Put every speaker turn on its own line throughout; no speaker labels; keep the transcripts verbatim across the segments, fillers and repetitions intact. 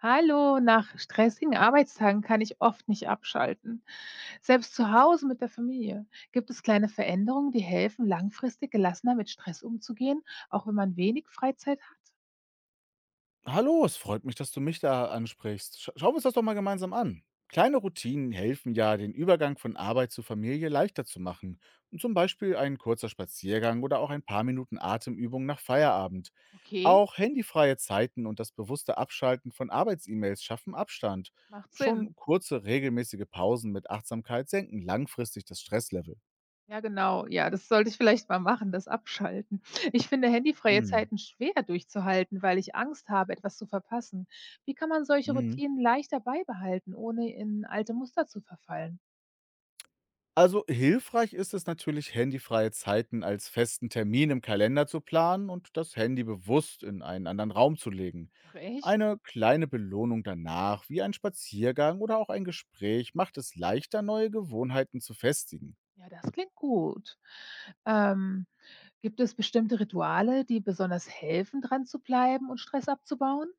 Hallo, nach stressigen Arbeitstagen kann ich oft nicht abschalten. Selbst zu Hause mit der Familie. Gibt es kleine Veränderungen, die helfen, langfristig gelassener mit Stress umzugehen, auch wenn man wenig Freizeit hat?
Hallo, es freut mich, dass du mich da ansprichst. Sch schauen wir uns das doch mal gemeinsam an. Kleine Routinen helfen ja, den Übergang von Arbeit zu Familie leichter zu machen. Und zum Beispiel ein kurzer Spaziergang oder auch ein paar Minuten Atemübung nach Feierabend.
Okay,
Auch handyfreie Zeiten und das bewusste Abschalten von Arbeits-E-Mails schaffen Abstand.
macht Sinn.
Schon kurze, regelmäßige Pausen mit Achtsamkeit senken langfristig das Stresslevel.
Ja, genau. Ja, das sollte ich vielleicht mal machen, das Abschalten. Ich finde handyfreie
Mhm.
Zeiten schwer durchzuhalten, weil ich Angst habe, etwas zu verpassen. Wie kann man solche
Mhm.
Routinen leichter beibehalten, ohne in alte Muster zu verfallen?
Also hilfreich ist es natürlich, handyfreie Zeiten als festen Termin im Kalender zu planen und das Handy bewusst in einen anderen Raum zu legen.
Ach echt?
Eine kleine Belohnung danach, wie ein Spaziergang oder auch ein Gespräch, macht es leichter, neue Gewohnheiten zu festigen.
Ja, das klingt gut. Ähm, Gibt es bestimmte Rituale, die besonders helfen, dran zu bleiben und Stress abzubauen?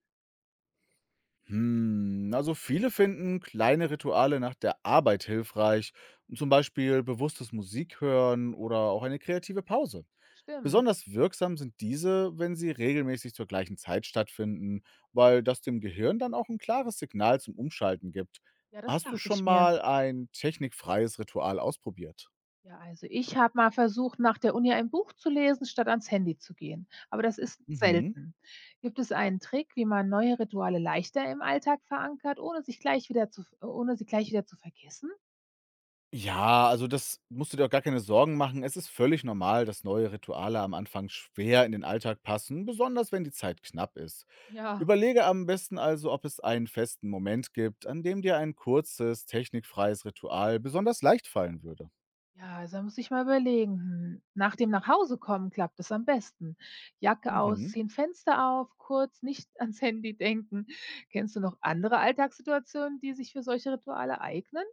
Hm, also viele finden kleine Rituale nach der Arbeit hilfreich, zum Beispiel bewusstes Musik hören oder auch eine kreative Pause.
Stimmt.
Besonders wirksam sind diese, wenn sie regelmäßig zur gleichen Zeit stattfinden, weil das dem Gehirn dann auch ein klares Signal zum Umschalten gibt.
Ja, das
Hast du
dachte
schon
ich mir.
mal ein technikfreies Ritual ausprobiert?
Ja, also ich habe mal versucht, nach der Uni ein Buch zu lesen, statt ans Handy zu gehen. Aber das ist
Mhm.
selten. Gibt es einen Trick, wie man neue Rituale leichter im Alltag verankert, ohne sich gleich wieder zu, ohne sie gleich wieder zu vergessen?
Ja, also das musst du dir auch gar keine Sorgen machen. Es ist völlig normal, dass neue Rituale am Anfang schwer in den Alltag passen, besonders wenn die Zeit knapp ist.
Ja,
Überlege am besten also, ob es einen festen Moment gibt, an dem dir ein kurzes, technikfreies Ritual besonders leicht fallen würde.
ja, also da muss ich mal überlegen. Hm, nach dem Nachhausekommen klappt es am besten. Jacke
Mhm.
ausziehen, Fenster auf, kurz nicht ans Handy denken. Kennst du noch andere Alltagssituationen, die sich für solche Rituale eignen?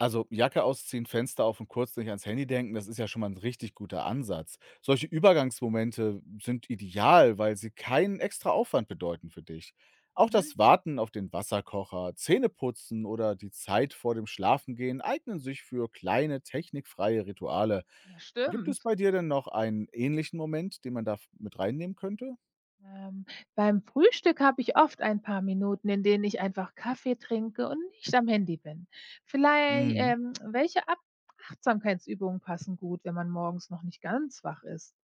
Also Jacke ausziehen, Fenster auf und kurz nicht ans Handy denken, das ist ja schon mal ein richtig guter Ansatz. Solche Übergangsmomente sind ideal, weil sie keinen extra Aufwand bedeuten für dich. Auch
Mhm.
das Warten auf den Wasserkocher, Zähneputzen oder die Zeit vor dem Schlafengehen eignen sich für kleine technikfreie Rituale.
Ja,
Gibt es
stimmt.
bei dir denn noch einen ähnlichen Moment, den man da f mit reinnehmen könnte?
Ähm, beim Frühstück habe ich oft ein paar Minuten, in denen ich einfach Kaffee trinke und nicht am Handy bin. Vielleicht,
Mhm.
ähm, welche Ab Achtsamkeitsübungen passen gut, wenn man morgens noch nicht ganz wach ist?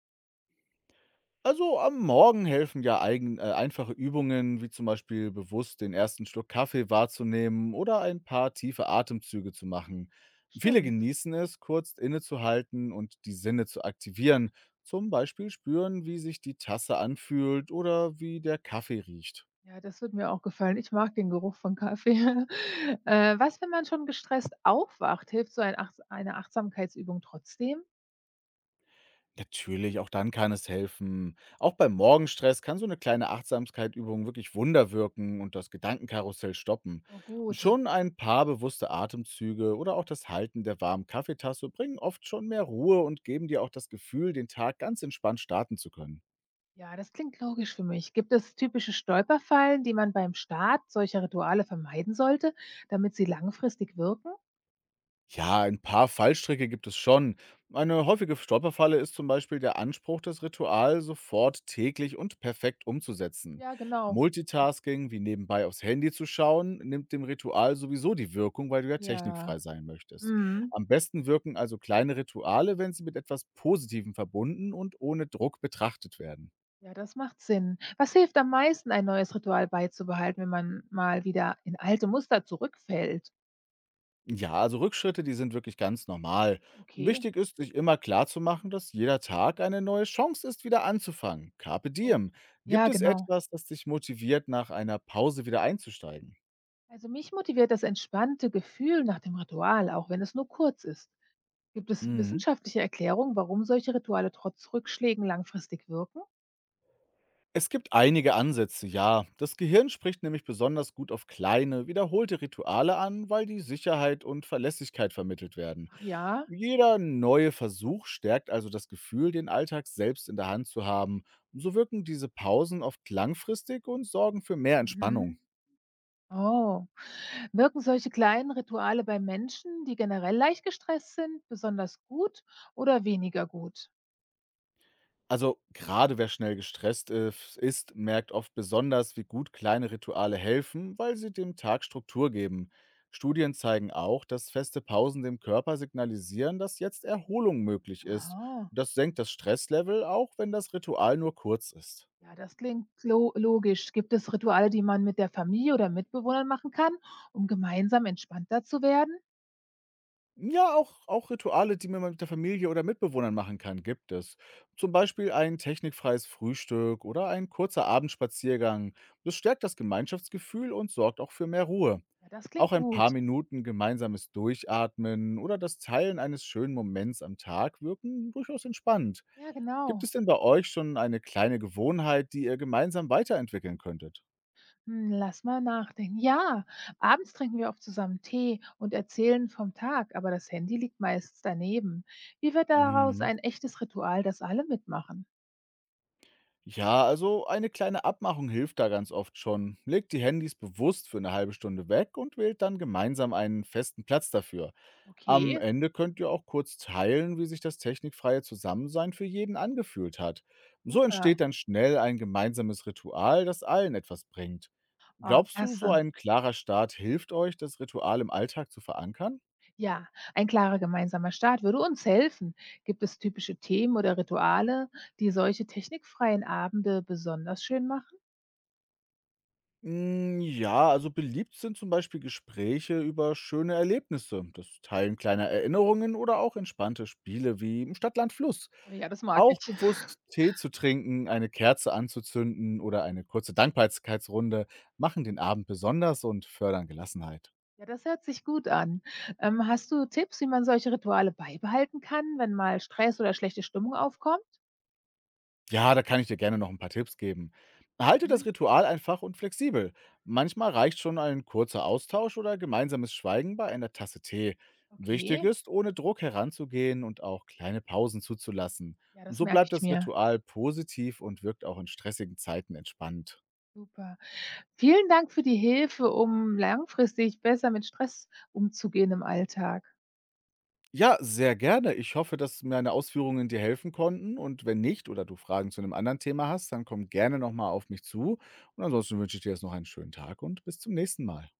Also am Morgen helfen ja eigen, äh, einfache Übungen, wie zum Beispiel bewusst den ersten Schluck Kaffee wahrzunehmen oder ein paar tiefe Atemzüge zu machen. Viele
Stimmt.
genießen es, kurz innezuhalten und die Sinne zu aktivieren. Zum Beispiel spüren, wie sich die Tasse anfühlt oder wie der Kaffee riecht.
Ja, das wird mir auch gefallen. Ich mag den Geruch von Kaffee. Äh, was, wenn man schon gestresst aufwacht? Hilft so ein Ach eine Achtsamkeitsübung trotzdem?
Natürlich, auch dann kann es helfen. Auch beim Morgenstress kann so eine kleine Achtsamkeitübung wirklich Wunder wirken und das Gedankenkarussell stoppen.
Oh gut,
Schon ein paar bewusste Atemzüge oder auch das Halten der warmen Kaffeetasse bringen oft schon mehr Ruhe und geben dir auch das Gefühl, den Tag ganz entspannt starten zu können.
ja, das klingt logisch für mich. Gibt es typische Stolperfallen, die man beim Start solcher Rituale vermeiden sollte, damit sie langfristig wirken?
Ja, ein paar Fallstricke gibt es schon. Eine häufige Stolperfalle ist zum Beispiel der Anspruch, das Ritual sofort täglich und perfekt umzusetzen.
Ja, genau.
Multitasking, wie nebenbei aufs Handy zu schauen, nimmt dem Ritual sowieso die Wirkung, weil du ja
Ja,
technikfrei sein möchtest.
mhm.
Am besten wirken also kleine Rituale, wenn sie mit etwas Positivem verbunden und ohne Druck betrachtet werden.
Ja, das macht Sinn. Was hilft am meisten, ein neues Ritual beizubehalten, wenn man mal wieder in alte Muster zurückfällt?
Ja, also Rückschritte, die sind wirklich ganz normal.
Okay.
Wichtig ist, sich immer klarzumachen, dass jeder Tag eine neue Chance ist, wieder anzufangen. Carpe
o-
diem.
Ja,
Gibt es
genau.
etwas, das dich motiviert, nach einer Pause wieder einzusteigen?
Also mich motiviert das entspannte Gefühl nach dem Ritual, auch wenn es nur kurz ist. Gibt es
Mhm.
wissenschaftliche Erklärungen, warum solche Rituale trotz Rückschlägen langfristig wirken?
Es gibt einige Ansätze, ja. Das Gehirn spricht nämlich besonders gut auf kleine, wiederholte Rituale an, weil die Sicherheit und Verlässlichkeit vermittelt werden.
Ach ja.
Jeder neue Versuch stärkt also das Gefühl, den Alltag selbst in der Hand zu haben. So wirken diese Pausen oft langfristig und sorgen für mehr Entspannung.
Mhm. Oh. Wirken solche kleinen Rituale bei Menschen, die generell leicht gestresst sind, besonders gut oder weniger gut?
Also gerade wer schnell gestresst is- ist, merkt oft besonders, wie gut kleine Rituale helfen, weil sie dem Tag Struktur geben. Studien zeigen auch, dass feste Pausen dem Körper signalisieren, dass jetzt Erholung möglich ist.
Aha.
Das senkt das Stresslevel, auch wenn das Ritual nur kurz ist.
Ja, das klingt lo logisch. Gibt es Rituale, die man mit der Familie oder Mitbewohnern machen kann, um gemeinsam entspannter zu werden?
Ja, auch auch Rituale, die man mit der Familie oder Mitbewohnern machen kann, gibt es. Zum Beispiel ein technikfreies Frühstück oder ein kurzer Abendspaziergang. Das stärkt das Gemeinschaftsgefühl und sorgt auch für mehr Ruhe.
Ja, das klingt
Auch ein paar
gut.
Minuten gemeinsames Durchatmen oder das Teilen eines schönen Moments am Tag wirken durchaus entspannt.
Ja,
Gibt
genau.
es denn bei euch schon eine kleine Gewohnheit, die ihr gemeinsam weiterentwickeln könntet?
Hm, lass mal nachdenken. Ja, abends trinken wir oft zusammen Tee und erzählen vom Tag, aber das Handy liegt meistens daneben. Wie wird daraus
Mhm.
ein echtes Ritual, das alle mitmachen?
Ja, also eine kleine Abmachung hilft da ganz oft schon. Legt die Handys bewusst für eine halbe Stunde weg und wählt dann gemeinsam einen festen Platz dafür. Am
Okay,
Ende könnt ihr auch kurz teilen, wie sich das technikfreie Zusammensein für jeden angefühlt hat. So
super.
entsteht dann schnell ein gemeinsames Ritual, das allen etwas bringt.
Oh,
Glaubst du, so
klasse.
ein klarer Start hilft euch, das Ritual im Alltag zu verankern?
Ja, ein klarer gemeinsamer Start würde uns helfen. Gibt es typische Themen oder Rituale, die solche technikfreien Abende besonders schön machen?
Hm, ja, also beliebt sind zum Beispiel Gespräche über schöne Erlebnisse, das Teilen kleiner Erinnerungen oder auch entspannte Spiele wie im Land, Fluss.
Oh ja, das mag
Auch
ich.
bewusst Tee zu trinken, eine Kerze anzuzünden oder eine kurze Dankbarkeitsrunde machen den Abend besonders und fördern Gelassenheit.
Ja, das hört sich gut an. Ähm, hast du Tipps, wie man solche Rituale beibehalten kann, wenn mal Stress oder schlechte Stimmung aufkommt?
Ja, da kann ich dir gerne noch ein paar Tipps geben. Halte
Mhm.
das Ritual einfach und flexibel. Manchmal reicht schon ein kurzer Austausch oder gemeinsames Schweigen bei einer Tasse Tee. Wichtig
Okay,
ist, ohne Druck heranzugehen und auch kleine Pausen zuzulassen.
ja, das
So
merke
bleibt
ich
das
mir.
Ritual positiv und wirkt auch in stressigen Zeiten entspannt.
Super. Vielen Dank für die Hilfe, um langfristig besser mit Stress umzugehen im Alltag.
Ja, sehr gerne. Ich hoffe, dass meine Ausführungen dir helfen konnten, und wenn nicht oder du Fragen zu einem anderen Thema hast, dann komm gerne nochmal auf mich zu und ansonsten wünsche ich dir jetzt noch einen schönen Tag und bis zum nächsten Mal.